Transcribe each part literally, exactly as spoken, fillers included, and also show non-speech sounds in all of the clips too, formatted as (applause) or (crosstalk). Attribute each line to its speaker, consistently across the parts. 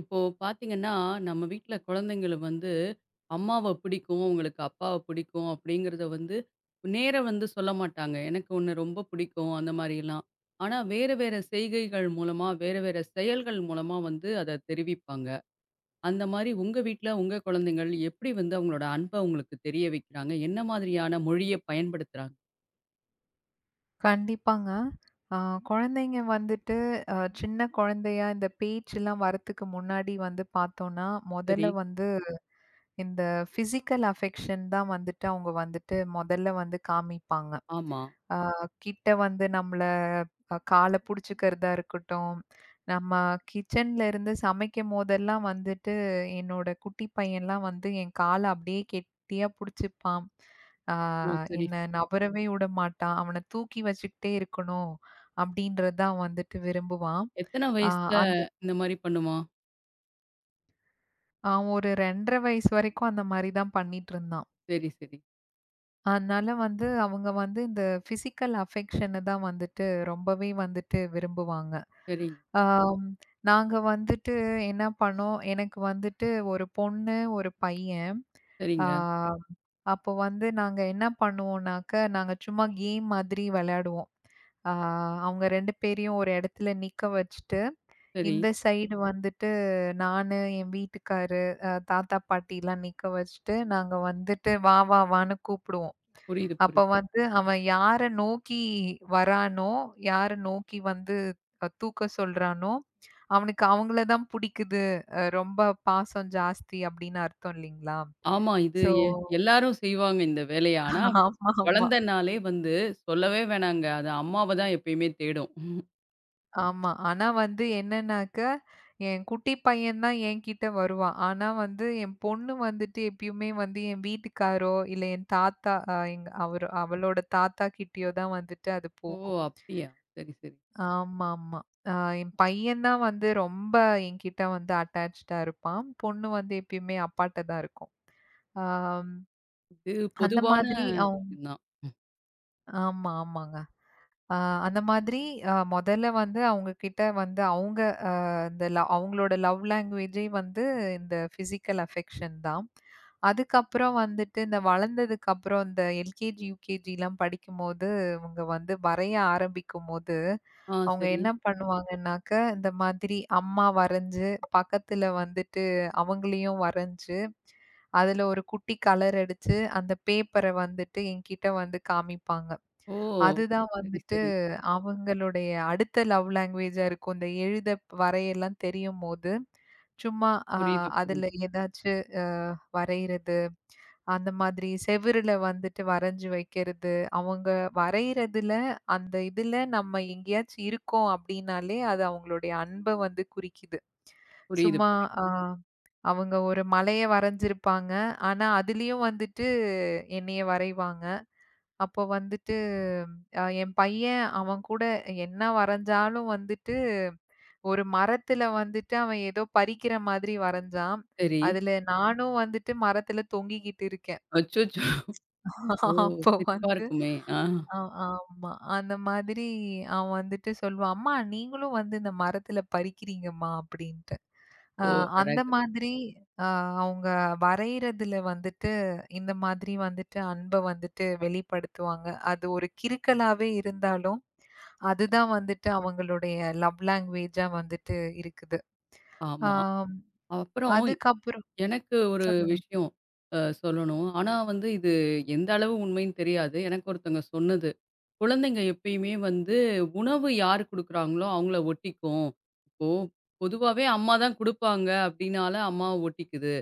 Speaker 1: இப்போ பார்த்தீங்கன்னா, நம்ம வீட்ல குழந்தைங்கள வந்து அம்மாவ பிடிக்கும், உங்களுக்கு அப்பாவ பிடிக்கும் அப்படிங்கிறத வந்து நேரா வந்து சொல்ல மாட்டாங்க. எனக்கு உன்ன ரொம்ப பிடிக்கும் அந்த மாரிலாம். ஆனா, வேற வேற செய்கைகள் மூலமா, வேற வேற செயல்கள் மூலமா வந்து அத தெரிவிப்பாங்க. அந்த மாரி உங்க வீட்ல உங்க குழந்தைங்கள் எப்படி வந்து அவங்களோட அன்ப உங்களுக்கு தெரிய வைக்கிறாங்க? என்ன மாதிரியான மொழிய பயன்படுத்துறாங்க?
Speaker 2: கண்டிப்பாங்க. ஆ குழந்தைங்க வந்துட்டு அ சின்ன குழந்தையா இந்த பேச்செல்லாம் வரத்துக்கு முன்னாடி வந்து பார்த்தோம்னா,
Speaker 1: சரி,
Speaker 2: முதல்ல வந்து இந்த பிசிக்கல் அஃபெக்ஷன் தான் வந்துட்டு அவங்க வந்துட்டு முதல்ல வந்து காமிப்பாங்க.
Speaker 1: ஆமா.
Speaker 2: ஆ கிட்ட வந்து நம்மள அ கால புடிச்சுக்கிறதா இருக்கட்டும், நம்ம கிச்சன்ல இருந்து சமைக்கும் போதெல்லாம் வந்துட்டு, என்னோட குட்டி பையன்லாம் வந்து என் கால அப்படியே கெட்டியா புடிச்சுப்பான். ஆ
Speaker 1: ஓ! சரி.
Speaker 2: என்ன நகரவே விடமாட்டான். அவன தூக்கி வச்சுக்கிட்டே இருக்கணும் அப்படின்றது தான் வந்துட்டு விரும்புவான்.
Speaker 1: எத்தன
Speaker 2: ஆ
Speaker 1: வயசுல
Speaker 2: அந்த
Speaker 1: இந்த மாரி பண்ணுமா?
Speaker 2: அவன் ஒரு இரண்டு அரை வயசு வரைக்கும் அந்த மாரி தான் பண்ணிட்டுருந்தான்.
Speaker 1: சரி, சரி.
Speaker 2: அதனால வந்து அவங்க வந்து இந்த பிசிக்கல் அஃபெக்ஷன தான் வந்துட்டு ரொம்பவே வந்துட்டு விரும்புவாங்க.
Speaker 1: சரிங்க,
Speaker 2: ஆம். நாங்க வந்துட்டு என்ன பண்ணோம், எனக்கு வந்துட்டு ஒரு பொண்ணு, ஒரு பையன். ஆ
Speaker 1: சரிங்க.
Speaker 2: அப்போ வந்து நாங்க என்ன பண்ணுவோம்னாக்க, நாங்க சும்மா கேம் மாதிரி விளையாடுவோம். ஆ அவங்க ரெண்டு பேரையும் ஒரு இடத்துல நிக்க வச்சுட்டு,
Speaker 1: சரி.
Speaker 2: இந்த சைடு வந்துட்டு நானு, என் வீட்டுக்காரு, அ தாத்தா, பாட்டிலாம் நிக்க வச்சுட்டு, நாங்க வந்துட்டு "வா வா வான்னு" கூப்பிடுவோம்.
Speaker 1: புரியுது,
Speaker 2: அப்ப
Speaker 1: புரியுது.
Speaker 2: வந்து அவன் யார நோக்கி வரானோ, யார நோக்கி வந்து அ தூக்க சொல்றானோ, அவனுக்கு அவங்கள தான் புடிக்குது. அ ரொம்ப பாசம் ஜாஸ்தி அப்படின்னு அர்த்தம் இல்லைங்களா?
Speaker 1: ஆமா. இது
Speaker 2: ஸோ
Speaker 1: எ எல்லாரும் செய்வாங்க இந்த வேலைய. ஆனா,
Speaker 2: ஆமா, ஆமா,
Speaker 1: குழந்தனாலே வந்து சொல்லவே வேணாங்க. அது அம்மாவ தான் எப்பயுமே தேடும்.
Speaker 2: ஆமா. ஆனா வந்து என்னன்னாக்க, என் குட்டி பையன் தான் என்கிட்ட வருவான். ஆனா வந்து என் பொண்ணு வந்துட்டு எப்பயுமே வந்து என் வீட்டுக்காரோ, இல்ல என் தாத்தா அ எங்க அவரு அவளோட தாத்தா கிட்டயோ தான் வந்துட்டு அது
Speaker 1: ஓ!
Speaker 2: போகும்.
Speaker 1: அப்டியா? சரி, சரி.
Speaker 2: ஆமாமா. அ என் பையன் தான் வந்து ரொம்ப என்கிட்ட வந்து அட்டாச்டா இருப்பான். பொண்ணு வந்து எப்பயுமே அப்பாட்ட தான் இருக்கும். ஆம்
Speaker 1: இது
Speaker 2: அந்த
Speaker 1: பொதுவான
Speaker 2: மாதிரி அவ்
Speaker 1: விஷயம் தான்.
Speaker 2: ஆமா, ஆமாங்க. ஆ அந்த மாதிரி அ மொதல்ல வந்து அவங்க கிட்ட வந்து அவங்க அ இந்த ல அவங்களோட லவ் லாங்குவேஜே வந்து இந்த ஃபிசிக்கல் அஃபெக்ஷன் தான். அதுக்கப்புறம் வந்துட்டு இந்த வளர்ந்ததுக்கப்புறம் இந்த எல்கேஜி, யூகேஜிலாம் படிக்கும்போது இவங்க வந்து வரைய ஆரம்பிக்கும்போது,
Speaker 1: ஆ
Speaker 2: அவங்க
Speaker 1: சரி.
Speaker 2: என்ன பண்ணுவாங்கன்னாக்க, இந்த மாதிரி அம்மா வரைஞ்சு, பக்கத்துல வந்துட்டு அவங்களையும் வரைஞ்சு, அதுல ஒரு குட்டி கலர் அடிச்சு, அந்த பேப்பர வந்துட்டு என்கிட்ட வந்து காமிப்பாங்க.
Speaker 1: ஓ!
Speaker 2: அதுதான்
Speaker 1: சரி,
Speaker 2: வந்துட்டு
Speaker 1: சரி.
Speaker 2: அவங்களுடைய அடுத்த லவ் லாங்குவேஜா இருக்கும். இந்த எழுத, வரையல்லாம் தெரியும்போது, சும்மா அ
Speaker 1: புரியுது, புரியுது.
Speaker 2: அதுல ஏதாச்சு அ வரையிறது, அந்த மாதிரி செவுருல வந்துட்டு வரைஞ்சு வைக்கிறது. அவங்க வரையிறதுல, அந்த இதுல நம்ம எங்கேயாச்சும் இருக்கோம் அப்படின்னாலே, அது அவங்களுடைய அன்ப வந்து குறிக்குது.
Speaker 1: புரியுது,
Speaker 2: சும்மா
Speaker 1: புரியுது.
Speaker 2: அ அவங்க ஒரு மலைய வரைஞ்சிருப்பாங்க. ஆனா, அதுலயும் வந்துட்டு என்னைய வரைவாங்க. அப்போ வந்துட்டு அ என் பையன் அவன் கூட என்ன வரைஞ்சாலும் வந்துட்டு ஒரு மரத்துல வந்துட்டு அவன் ஏதோ பறிக்கிற மாதிரி வரைஞ்சான்.
Speaker 1: சரி.
Speaker 2: அதுல நானும் வந்துட்டு மரத்துல தொங்கிக்கிட்டு இருக்கேன்.
Speaker 1: அச்சச்சோ! ஓ!
Speaker 2: (laughs) அப்போ
Speaker 1: சிரிப்பா
Speaker 2: வந்து
Speaker 1: இருக்குமே. ஆ.
Speaker 2: ஆ ஆமா. அந்த மாதிரி அவன் வந்துட்டு சொல்லுவான், "அம்மா நீங்களும் வந்து இந்த மரத்துல பறிக்கிறீங்கம்மா" அப்படின்ட்டு. அ
Speaker 1: ஓ!
Speaker 2: அந்த
Speaker 1: அழகு.
Speaker 2: மாதிரி அ அவங்க வரையறதுல வந்துட்டு இந்த மாதிரி வந்துட்டு அன்ப வந்துட்டு வெளிப்படுத்துவாங்க. அது ஒரு கிறுக்கலாவே இருந்தாலும் அதுதான் வந்துட்டு அவங்களுடைய லவ் லாங்குவேஜா வந்துட்டு இருக்குது.
Speaker 1: ஆமா.
Speaker 2: ஆம்.
Speaker 1: அப்புறம்
Speaker 2: அதுக்கப்புறம்
Speaker 1: எனக்கு ஒரு
Speaker 2: சொல்லுங்க.
Speaker 1: விஷயம் அ சொல்லணும். ஆனா வந்து இது எந்த அளவு உண்மைன்னு தெரியாது. எனக்கு ஒருத்தவங்க சொன்னது. குழந்தைங்க எப்பயுமே வந்து உணவு யார் குடுக்குறாங்களோ அவங்கள ஒட்டிக்கும். இப்போ பொதுவாவே அம்மா தான் குடுப்பாங்க அப்படின்னால அம்மாவ ஒட்டிக்குது.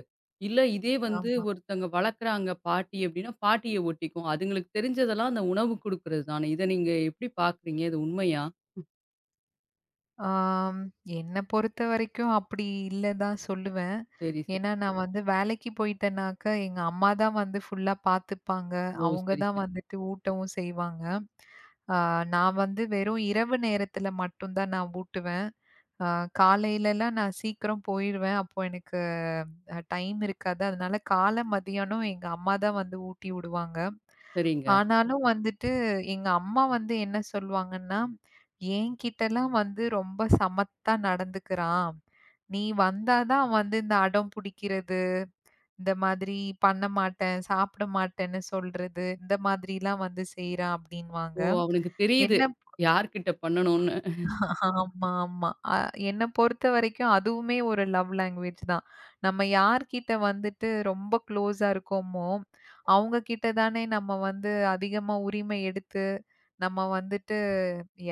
Speaker 1: இல்ல இதே வந்து
Speaker 2: ஆமா.
Speaker 1: ஒருத்தங்க வளர்க்குறாங்க பாட்டி அப்படின்னா பாட்டிய ஒட்டிக்கும். அதுங்களுக்கு தெரிஞ்சதெல்லாம் அந்த உணவு குடுக்குறது தானே. இத நீங்க எப்படி பார்க்குறீங்க? இது உண்மையா?
Speaker 2: ஆம். என்ன பொறுத்தவரைக்கும் அப்படி இல்ல தான் சொல்லுவேன்.
Speaker 1: சரி, சரி.
Speaker 2: ஏன்னா நான் வந்து வேலைக்கு போயிட்டேனாக்க, எங்க அம்மா தான் வந்து ஃபுல்லா பார்த்துப்பாங்க.
Speaker 1: ஓ!
Speaker 2: அவங்க
Speaker 1: சரி,
Speaker 2: தான்
Speaker 1: சரி.
Speaker 2: வந்துட்டு ஊட்டவும் செய்வாங்க. ஆ நான் வந்து வெறும் இரவு நேரத்தில மட்டும் தான் நான் ஊட்டுவேன். ஆ காலையிலலாம் நான் சீக்கிரம் போயிருவேன். அப்போ எனக்கு அ டைம் இருக்காது. அதனால காலை, மதியானம் எங்க அம்மா தான் வந்து ஊட்டி விடுவாங்க.
Speaker 1: சரிங்க.
Speaker 2: ஆனாலும் வந்துட்டு எங்க அம்மா வந்து என்ன சொல்லுவாங்கன்னா, "என்கிட்டலாம் வந்து ரொம்ப சமத்தா நடந்துக்கிறான். நீ வந்தா தான் அவன் வந்து இந்த அடம் புடிக்கிறது, இந்த மாதிரி பண்ண மாட்டேன், சாப்பிட மாட்டேன்னு சொல்றது, இந்த மாதிரிலாம் வந்து செய்றான்" அப்படின்னுவாங்க.
Speaker 1: ஓ! அவனுக்கு தெரியுது.
Speaker 2: என்ன
Speaker 1: யார்கிட்ட பண்ணணும்னு.
Speaker 2: ஆமா, ஆமா. அ என்ன பொறுத்தவரைக்கும் அதுவுமே ஒரு லவ் லாங்குவேஜ் தான். நம்ம யார்கிட்ட வந்துட்டு ரொம்ப க்ளோஸா இருக்கோமோ, அவங்க கிட்ட தானே நம்ம வந்து அதிகமா உரிமை எடுத்து, நம்ம வந்துட்டு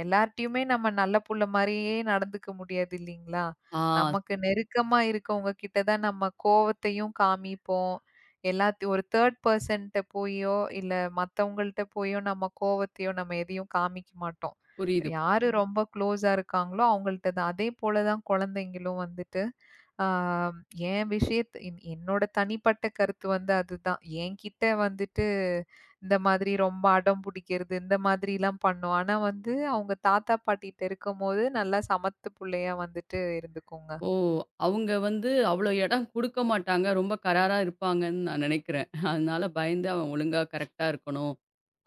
Speaker 2: எல்லார்ட்டயுமே நம்ம நல்ல புள்ள மாரியே நடந்துக்க முடியாது இல்லீங்களா?
Speaker 1: ஆ
Speaker 2: நமக்கு நெருக்கமா இருக்கவங்க கிட்ட தான் நம்ம கோவத்தையும் காமிப்போம். எல்லாத்தையும் ஒரு தேர்ட் பெர்சன்ட்ட போயோ, இல்ல மத்தவங்கள்ட்ட போயோ நம்ம கோவத்தையோ நம்ம எதையும் காமிக்க மாட்டோம்.
Speaker 1: புரியுது.
Speaker 2: யாரு ரொம்ப க்ளோஸா இருக்காங்களோ அவங்கள்ட்ட தான். அதே போல தான் குழந்தைங்களும் வந்துட்டு, ஆ என் விஷயத்த என்னோட தனிப்பட்ட கருத்து வந்து அதுதான். என்கிட்ட வந்துட்டு இந்த மாதிரி ரொம்ப அடம் பிடிக்கிறது, இந்த மாதிரிலாம் பண்ணும். ஆனா வந்து, அவங்க தாத்தா பாட்டிட்ட இருக்கும்போது, நல்லா சமத்து புள்ளையா வந்துட்டு இருந்துக்குங்க.
Speaker 1: ஓ! அவங்க வந்து அவ்ளோ இடம் குடுக்க மாட்டாங்க. ரொம்ப கராரா இருப்பாங்கன்னு நான் நினைக்கிறேன். அதனால பயந்து அவன் ஒழுங்கா கரெக்ட்டா இருக்கணும்.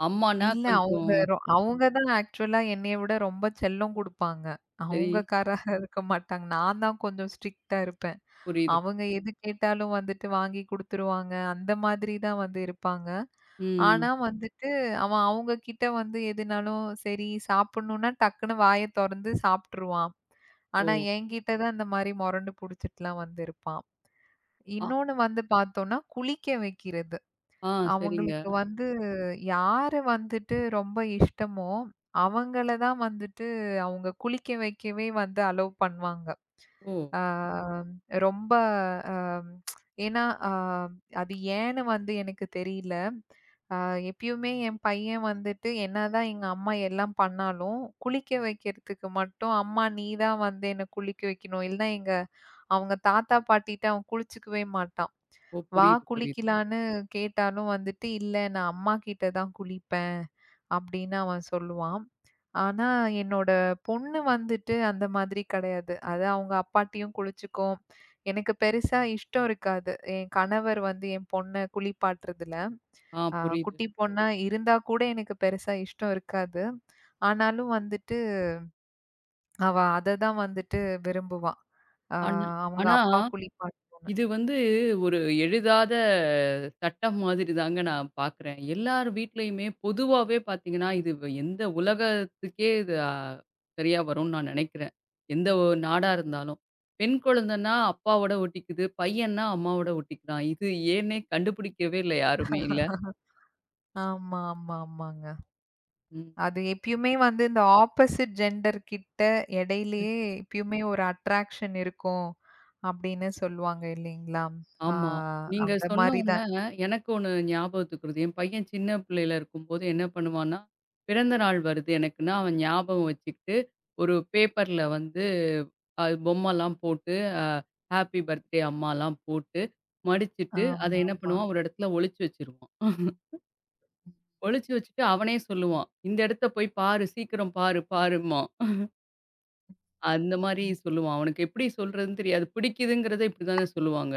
Speaker 1: அம்மான்னா
Speaker 2: இல்ல
Speaker 1: கொஞ்சம்
Speaker 2: அவங்க ரொ அவங்க தான் ஆக்சுவலா என்னைய விட ரொம்ப செல்லம் குடுப்பாங்க.
Speaker 1: சரி
Speaker 2: அவங்க காரா இருக்க மாட்டாங்க. நான் தான் கொஞ்சம் ஸ்ட்ரிக்ட்டா இருப்பேன்.
Speaker 1: புரியுது.
Speaker 2: அவங்க எது கேட்டாலும் வந்துட்டு வாங்கி குடுத்துருவாங்க. அந்த மாதிரி தான் வந்து இருப்பாங்க.
Speaker 1: ம்.
Speaker 2: ஆனா வந்துட்டு அவன் அவங்க கிட்ட வந்து எதுனாலும் சரி சாப்பிடணும்னா டக்குன்னு வாய தொறந்து சாப்ட்டுருவான். ஆனா
Speaker 1: ஓ!
Speaker 2: என்கிட்ட தான் இந்த மாரி மொரண்டு புடிச்சுட்டுலாம் வந்து இருப்பான்.
Speaker 1: ஆ,
Speaker 2: இன்னொன்னு வந்து பார்த்தோம்னா, குளிக்க வைக்கிறது.
Speaker 1: ஆ சரிங்க.
Speaker 2: அவங்களுக்கு வந்து யாரு வந்துட்டு ரொம்ப இஷ்டமோ, அவங்கள தான் வந்துட்டு அவங்க குளிக்க வைக்கவே வந்து அலோவ் பண்ணுவாங்க.
Speaker 1: ஓ!
Speaker 2: ஆ ரொம்ப அ ஏன்னா, அ அது ஏன்னு வந்து எனக்கு தெரியல. அ எப்பயுமே என் பையன் வந்துட்டு என்னதான் எங்க அம்மா எல்லாம் பண்ணாலும், குளிக்க வைக்கிறதுக்கு மட்டும், "அம்மா நீ தான் வந்து என்ன குளிக்க வைக்கணும்." இல்லன்னா எங்க அவங்க தாத்தா, பாட்டிட்ட அவன் குளிச்சுக்கவே மாட்டான்.
Speaker 1: ஓ
Speaker 2: வா
Speaker 1: புரியுது, புரியுது.
Speaker 2: குளிக்கலான்னு கேட்டாலும் வந்துட்டு, "இல்ல நான் அம்மாகிட்ட தான் குளிப்பேன்" அப்படின்னு அவன் சொல்லுவான். ஆனா, என்னோட பொண்ணு வந்துட்டு அந்த மாதிரி கிடையாது. அது அவங்க அப்பாட்டயும் குளிச்சுக்கும். எனக்கு பெருசா இஷ்டம் இருக்காது. என் கணவர் வந்து என் பொண்ண குளிப்பாட்டுறதுல.
Speaker 1: ஆ
Speaker 2: அ
Speaker 1: புரியுது.
Speaker 2: குட்டி பொண்ணா இருந்தா கூட எனக்கு பெருசா இஷ்டம் இருக்காது. ஆனாலும் வந்துட்டு அவ அத தான் வந்துட்டு விரும்புவா. அ
Speaker 1: ஆனா
Speaker 2: அவங்க
Speaker 1: ஆனா
Speaker 2: அப்பா குளிப்பாட்டணும்னு.
Speaker 1: இது வந்து ஒரு எழுதாத சட்டம் மாதிரி தாங்க நான் பார்க்குறேன். எல்லார் வீட்லயுமே பொதுவாவே பார்த்தீங்கன்னா, இது வ- எந்த உலகத்துக்கே இது அ சரியா வரும்னு நான் நினைக்கிறேன். எந்த ஒரு நாடா இருந்தாலும். பெண் குழந்தைன்னா அப்பாவோட ஒட்டிக்குது, பையன்னா அம்மாவோட ஒட்டிக்கிறான். இது ஏன்னே கண்டுபிடிக்கவே இல்ல யாருமே இல்ல?
Speaker 2: ஆமா, ஆமா, ஆமாங்க.
Speaker 1: ம்.
Speaker 2: அது எப்பயுமே வந்து இந்த ஆப்போசிட் ஜெண்டர் கிட்ட இடையிலேயே எப்பயுமே ஒரு அட்ராக்ஷன் இருக்கும் அப்படின்னு சொல்லுவாங்க இல்லைங்களா? ஆ
Speaker 1: ஆமா. நீங்க
Speaker 2: அந்த
Speaker 1: சொன்ன
Speaker 2: மாரி
Speaker 1: உடனே
Speaker 2: தான்.
Speaker 1: எனக்கு ஒண்ணு ஞாபகத்துக்கு வருது. என் பையன் சின்ன பிள்ளையில இருக்கும்போது என்ன பண்ணுவான்னா, பிறந்த நாள் வருது எனக்குன்னா, அவன் ஞாபகம் வச்சுக்கிட்டு ஒரு பேப்பர்ல வந்து அது பொம்மைலாம் போட்டு, அ ஹாப்பி பர்த்டே அம்மாலாம் போட்டு, மடிச்சுட்டு, அத
Speaker 2: ஆமா,
Speaker 1: என்ன
Speaker 2: ஆமா.
Speaker 1: பண்ணுவான், ஒரு இடத்துல ஒளிச்சு வச்சுருவான். (laughs) ஒளிச்சு வச்சுட்டு அவனே சொல்லுவான். "இந்த இடத்த போய் பாரு, சீக்கிரம் பாரு, பாரும்பான்." அந்த மாரி
Speaker 2: ம்.
Speaker 1: சொல்லுவான். அவனுக்கு எப்படி சொல்றதுன்னு தெரியாது. பிடிக்குதுங்கிறத இப்படிதானே சொல்லுவாங்க.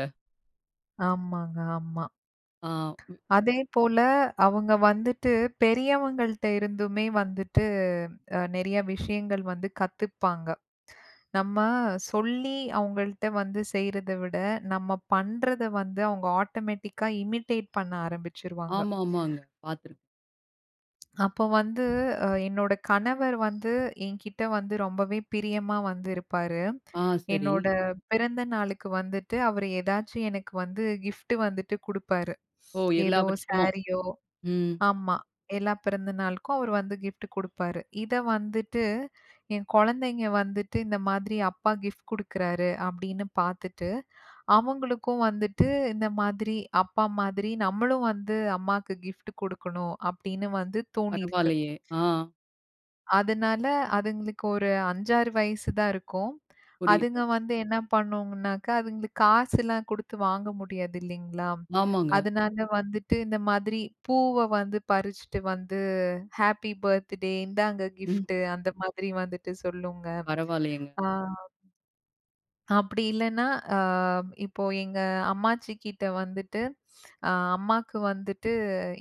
Speaker 2: ஆமாங்க, ஆமா.
Speaker 1: ஆ
Speaker 2: அதே போல அவங்க வந்துட்டு பெரியவங்கள்ட்ட இருந்துமே வந்துட்டு அ நெறைய விஷயங்கள் வந்து கத்துப்பாங்க. நம்ம சொல்லி அவங்கள்ட்ட வந்து செய்றத விட, நம்ம பண்றத வந்து அவங்க ஆட்டோமேட்டிக்கா இமிட்டேட் பண்ண ஆரம்பிச்சுருவாங்க.
Speaker 1: ஆமா, ஆமாங்க. பார்த்துருக்கேன்.
Speaker 2: அப்போ வந்து அ என்னோட கணவர் வந்து என்கிட்ட வந்து ரொம்பவே பிரியமா வந்து இருப்பாரு.
Speaker 1: ஆ சரி.
Speaker 2: என்னோட ம். பிறந்த நாளுக்கு வந்துட்டு அவரு ஏதாச்சும் எனக்கு வந்து கிஃப்ட் வந்துட்டு குடுப்பாரு.
Speaker 1: ஓ! எல்லா
Speaker 2: ஏதோ
Speaker 1: வருஷமும்.
Speaker 2: சாரியோ
Speaker 1: ம்.
Speaker 2: ஆமா. எல்லா பிறந்த நாளுக்கும் அவரு வந்து கிஃப்ட் குடுப்பாரு. இத வந்துட்டு என் குழந்தைங்க வந்துட்டு இந்த மாதிரி அப்பா கிஃப்ட் குடுக்குறாரு அப்படின்னு பார்த்துட்டு, அவங்களுக்கும் வந்துட்டு இந்த மாதிரி அப்பா மாதிரி நம்மளும் வந்து அம்மாக்கு கிஃப்ட் குடுக்கணும் அப்படின்னு வந்து தோணியிருக்கு.
Speaker 1: பரவாயில்லையே! ஆ
Speaker 2: அதனால அதுங்களுக்கு ஒரு ஐந்து, ஆறு வயசு தான் இருக்கும்.
Speaker 1: புரியுது.
Speaker 2: அதுங்க வந்து என்ன பண்ணுங்கனாக்கா, அதுங்களுக்கு காசுலாம் குடுத்து வாங்க முடியாது இல்லைங்களா?
Speaker 1: ஆமாங்க.
Speaker 2: அதனால வந்துட்டு இந்த மாதிரி பூவ வந்து பறிச்சுட்டு வந்து, ஹாப்பி பர்த்டே இந்தாங்க
Speaker 1: ம்.
Speaker 2: கிஃப்ட்டு அந்த மாதிரி வந்துட்டு சொல்லுங்க.
Speaker 1: பரவாயில்லையேங்க.
Speaker 2: ஆ. அப்படி இல்லன்னா, அ இப்போ எங்க அம்மாச்சிகிட்ட வந்துட்டு, அ அம்மாக்கு வந்துட்டு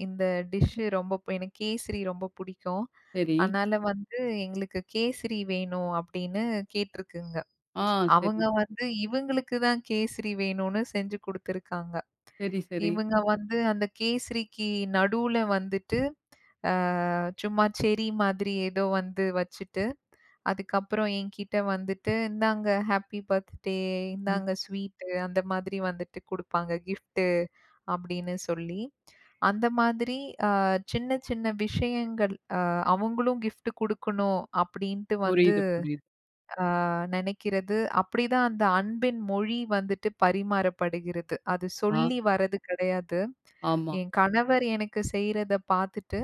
Speaker 2: இந்த டிஷ்ஷு ரொம்ப பு எனக்கு கேசரி ரொம்ப பிடிக்கும்.
Speaker 1: சரி.
Speaker 2: அதனால வந்து எங்களுக்கு கேசரி வேணும் அப்படின்னு கேட்டிருக்குங்க.
Speaker 1: ஆ சரி,
Speaker 2: அவங்க வந்து இவங்களுக்கு தான் கேசரி வேணும்னு செஞ்சு குடுத்துருக்காங்க.
Speaker 1: சரி, சரி.
Speaker 2: இவங்க வந்து அந்த கேசரிக்கு நடுவுல வந்துட்டு, அ சும்மா செர்ரி மாதிரி ஏதோ வந்து வச்சுட்டு அதுக்கப்புறம் என்கிட்ட வந்துட்டு, "இந்தாங்க ஹாப்பி பர்த்டே,
Speaker 1: ம்.
Speaker 2: இந்தாங்க ஸ்வீட்டு" அந்த மாதிரி வந்துட்டு குடுப்பாங்க. கிஃப்ட்டு அப்படின்னு சொல்லி. அந்த மாதிரி அ சின்ன சின்ன விஷயங்கள் அ அவங்களும் கிஃப்ட் குடுக்கணும் அப்படின்ட்டு வந்து
Speaker 1: புரியுது, புரியுது.
Speaker 2: அ நெனைக்கிறது. அப்படிதான் அந்த அன்பின் மொழி வந்துட்டு பரிமாறப்படுகிறது. அது
Speaker 1: ஆ,
Speaker 2: சொல்லி வர்றது கிடையாது.
Speaker 1: ஆமா.
Speaker 2: என் கணவர் எனக்கு செய்றத பார்த்துட்டு,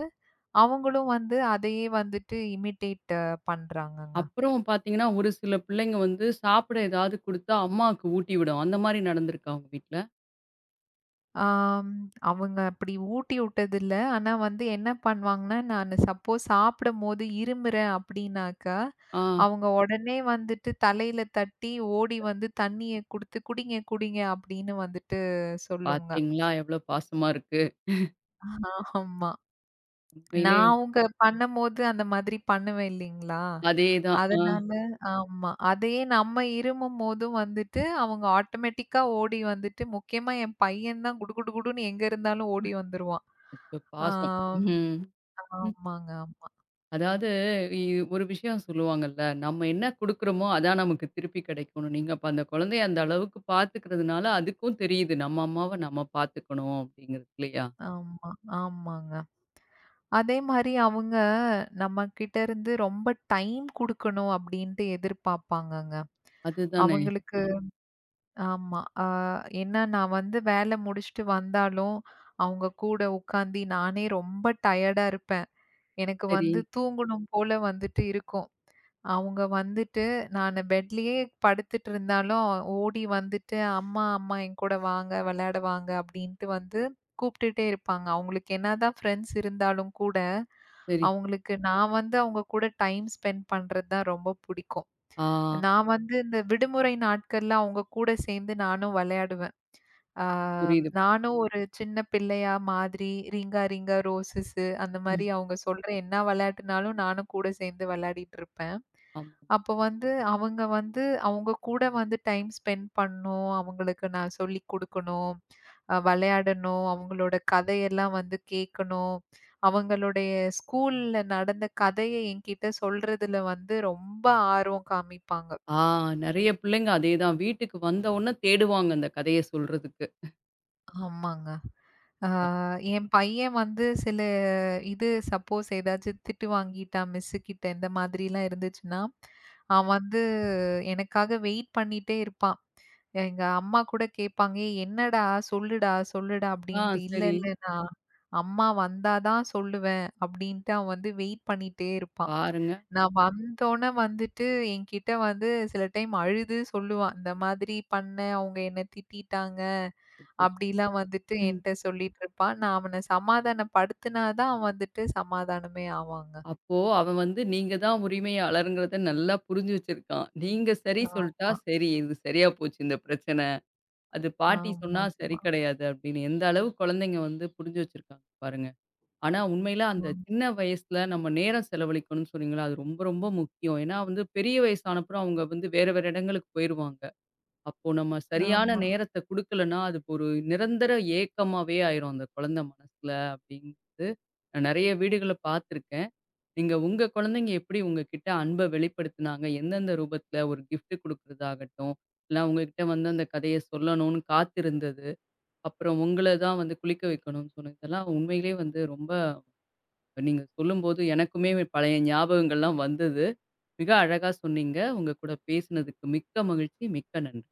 Speaker 2: அவங்களும் வந்து அதையே வந்துட்டு இமிட்டேட் பண்றாங்கங்க.
Speaker 1: அப்புறம் பார்த்தீங்கன்னா, ஒரு சில பிள்ளைங்க வந்து சாப்பிட ஏதாவது குடுத்தா அம்மாவுக்கு ஊட்டி விடும். அந்த மாரி நடந்திருக்கா உங்க வீட்ல?
Speaker 2: ஆம். அவங்க அப்படி ஊட்டி விட்டதில்ல. ஆனா வந்து என்ன பண்ணுவாங்கன்னா, நானு சப்போஸ் சாப்பிடும்போது இருமுறேன் அப்படின்னாக்கா,
Speaker 1: ஆ
Speaker 2: அவங்க உடனே வந்துட்டு தலையில தட்டி ஓடி வந்து தண்ணிய குடுத்து, "குடிங்க, குடிங்க" அப்படின்னு வந்துட்டு சொல்லுங்க.
Speaker 1: பார்த்தீங்களா எவ்வளோ பாசமா இருக்கு.
Speaker 2: ஆமா.
Speaker 1: உண்மையிலே
Speaker 2: நான் அவங்க பண்ணும்போது அந்த மாதிரி பண்ணுவேன் இல்லைங்களா?
Speaker 1: அதேதான். ஆ
Speaker 2: அதனால ஆமா. அதையே நம்ம இருமும்போதும் வந்துட்டு அவங்க ஆட்டோமேட்டிக்கா ஓடி வந்துட்டு முக்கியமா என் பையன் தான் குடு குடு குடுன்னு எங்க இருந்தாலும் ஓடி வந்துருவான்.
Speaker 1: அச்சோ! பாசம்.
Speaker 2: ஆம்.
Speaker 1: ம். ம்.
Speaker 2: ஆமாங்க. ஆமா.
Speaker 1: அதாவது இ ஒரு விஷயம் சொல்லுவாங்கல்ல, நம்ம என்ன குடுக்குறோமோ, அதான் நமக்கு திருப்பி கிடைக்கும்னு. நீங்க அப்ப அந்த குழந்தைய அந்த அளவுக்கு பார்த்துக்கிறதுனால, அதுக்கும் தெரியுது நம்ம அம்மாவ நம்ம பார்த்துக்கணும் அப்படிங்கிறது இல்லையா?
Speaker 2: ஆமா. ஆமாங்க. அதே மாரி அவங்க நம்மகிட்ட இருந்து ரொம்ப டைம் குடுக்கணும் அப்படின்ட்டு எதிர்பார்ப்பாங்கங்க.
Speaker 1: அதுதானே.
Speaker 2: அவங்களுக்கு
Speaker 1: ஆ
Speaker 2: ஆமா. அ ஏன்னா நான் வந்து வேல முடிச்சுட்டு வந்தாலும், அவங்க கூட உட்காந்து நானே ரொம்ப டயர்டா இருப்பேன். எனக்கு
Speaker 1: சரி,
Speaker 2: வந்து தூங்கணும் போல வந்துட்டு இருக்கும். அவங்க வந்துட்டு, நானு பெட்லயே படுத்துட்டு இருந்தாலும், ஓடி வந்துட்டு, "அம்மா, அம்மா என்கூட வாங்க, விளையாட வாங்க" அப்படின்ட்டு வந்து கூப்பிட்டுட்டே இருப்பாங்க. அவங்களுக்கு என்னதான் ஃப்ரெண்ட்ஸ் இருந்தாலும் கூட,
Speaker 1: சரி.
Speaker 2: அவங்களுக்கு நான் வந்து அவங்க கூட டைம் ஸ்பெண்ட் பண்றது தான் ரொம்ப புடிக்கும்.
Speaker 1: ஆ
Speaker 2: நான் வந்து இந்த விடுமுறை நாட்கள்ல அவங்க கூட சேர்ந்து நானும் விளையாடுவேன். ஆ
Speaker 1: புரியுது.
Speaker 2: நானும் ஒரு சின்ன பிள்ளையா மாதிரி "ரிங்கா ரிங்கா ரோசஸு" அந்த
Speaker 1: ம்.
Speaker 2: மாரி அவங்க சொல்ற என்ன வெளையாட்டுனாலும் நானும் கூட சேர்ந்து வெளையாடிட்டுருப்பேன்.
Speaker 1: ஆமா.
Speaker 2: அப்போ வந்து அவங்க வந்து அவங்க கூட வந்து டைம் ஸ்பெண்ட் பண்ணணும். அவங்களுக்கு நான் சொல்லிக் குடுக்கணும். அ வெளையாடணும். அவங்களோட கதையெல்லாம் வந்து கேட்கணும். அவங்களுடைய ஸ்கூல்ல நடந்த கதைய என்கிட்ட சொல்றதுல வந்து ரொம்ப ஆர்வம் காமிப்பாங்க.
Speaker 1: ஆ நெறைய பிள்ளைங்க அதேதான். வீட்டுக்கு வந்த உடனே தேடுவாங்க அந்த கதைய சொல்றதுக்கு.
Speaker 2: ஆமாங்க. ஆ என் பையன் வந்து சில இது சப்போஸ் ஏதாச்சும் திட்டு வாங்கிட்டா மிஸ்ஸு கிட்ட இந்த மாதிரிலாம் இருந்துச்சுன்னா, அவன் வந்து எனக்காக வெயிட் பண்ணிட்டே இருப்பான். எங்க அம்மா கூட கேட்பாங்க, "ஏய் என்னடா சொல்லுடா, சொல்லுடா"
Speaker 1: ஆ
Speaker 2: அப்படின்ட்டு. "இல்ல,
Speaker 1: சரி
Speaker 2: இல்ல நான் அம்மா வந்தா தான் சொல்லுவேன்" அப்படின்ட்டு அவன் வந்து வெயிட் பண்ணிட்டே இருப்பான்.
Speaker 1: பாருங்க.
Speaker 2: நான் வந்தோனே வந்துட்டு என்கிட்ட வந்து சில டைம் அழுது சொல்லுவான், "இந்த மாதிரி பண்ணேன், அவங்க என்ன திட்டிட்டாங்க."
Speaker 1: அச்சச்சோ!
Speaker 2: அப்படிலாம் வந்துட்டு
Speaker 1: ம்.
Speaker 2: என்ட்ட சொல்லிட்டு இருப்பான். நான் அவன சமாதானப்படுத்துனா தான் வந்துட்டு சமாதானமே ஆவாங்க.
Speaker 1: அப்போ அவன் வந்து நீங்க தான் உரிமையாளர்ங்கிறத நல்லா புரிஞ்சு வச்சிருக்கான். நீங்க சரி சொல்ட்டா,
Speaker 2: ஆமா,
Speaker 1: சரி இது சரியா போச்சு இந்த பிரச்சனை. அது பாட்டி
Speaker 2: ஆமா,
Speaker 1: சொன்னா சரி
Speaker 2: ஆமா,
Speaker 1: கிடையாது அப்படின்னு எந்த அளவு குழந்தைங்க வந்து புரிஞ்சு வச்சிருக்காங்க பாருங்க. ஆனா உண்மையில அந்த
Speaker 2: ஆமா,
Speaker 1: சின்ன வயசுல நம்ம நேரம் செலவழிக்கணும்னு சொன்னீங்கல்ல, அது ரொம்ப ரொம்ப முக்கியம். ஏன்னா வந்து பெரிய வயசானப்புறம் அவங்க வந்து வேற வேற இடங்களுக்கு போயிருவாங்க. அப்போ நம்ம சரியான
Speaker 2: ஆமா.
Speaker 1: நேரத்த குடுக்கலன்னா, அது ஒரு நிரந்தர ஏக்கமாவே ஆயிரும் அந்த குழந்தை மனசுல அப்படிங்கிறது நான் நெறைய வீடுகள பார்த்துருக்கேன். நீங்க உங்க குழந்தைங்க எப்படி உங்ககிட்ட அன்ப வெளிப்படுத்துனாங்க? எந்தெந்த ரூபத்துல ஒரு கிஃப்ட் குடுக்குறதாகட்டும், இல்ல உங்ககிட்ட வந்து அந்த கதைய சொல்லணும்னு காத்திருந்தது. அப்புறம் உங்கள தான் வந்து குளிக்க வைக்கணும்னு சொன்னது. இதெல்லாம் உண்மையிலேயே வந்து ரொம்ப நீங்க சொல்லும்போது எனக்குமே பழைய ஞாபகங்கள்லாம் வந்தது. மிக அழகா சொன்னீங்க. உங்க கூட பேசினதுக்கு மிக்க மகிழ்ச்சி. மிக்க நன்றி.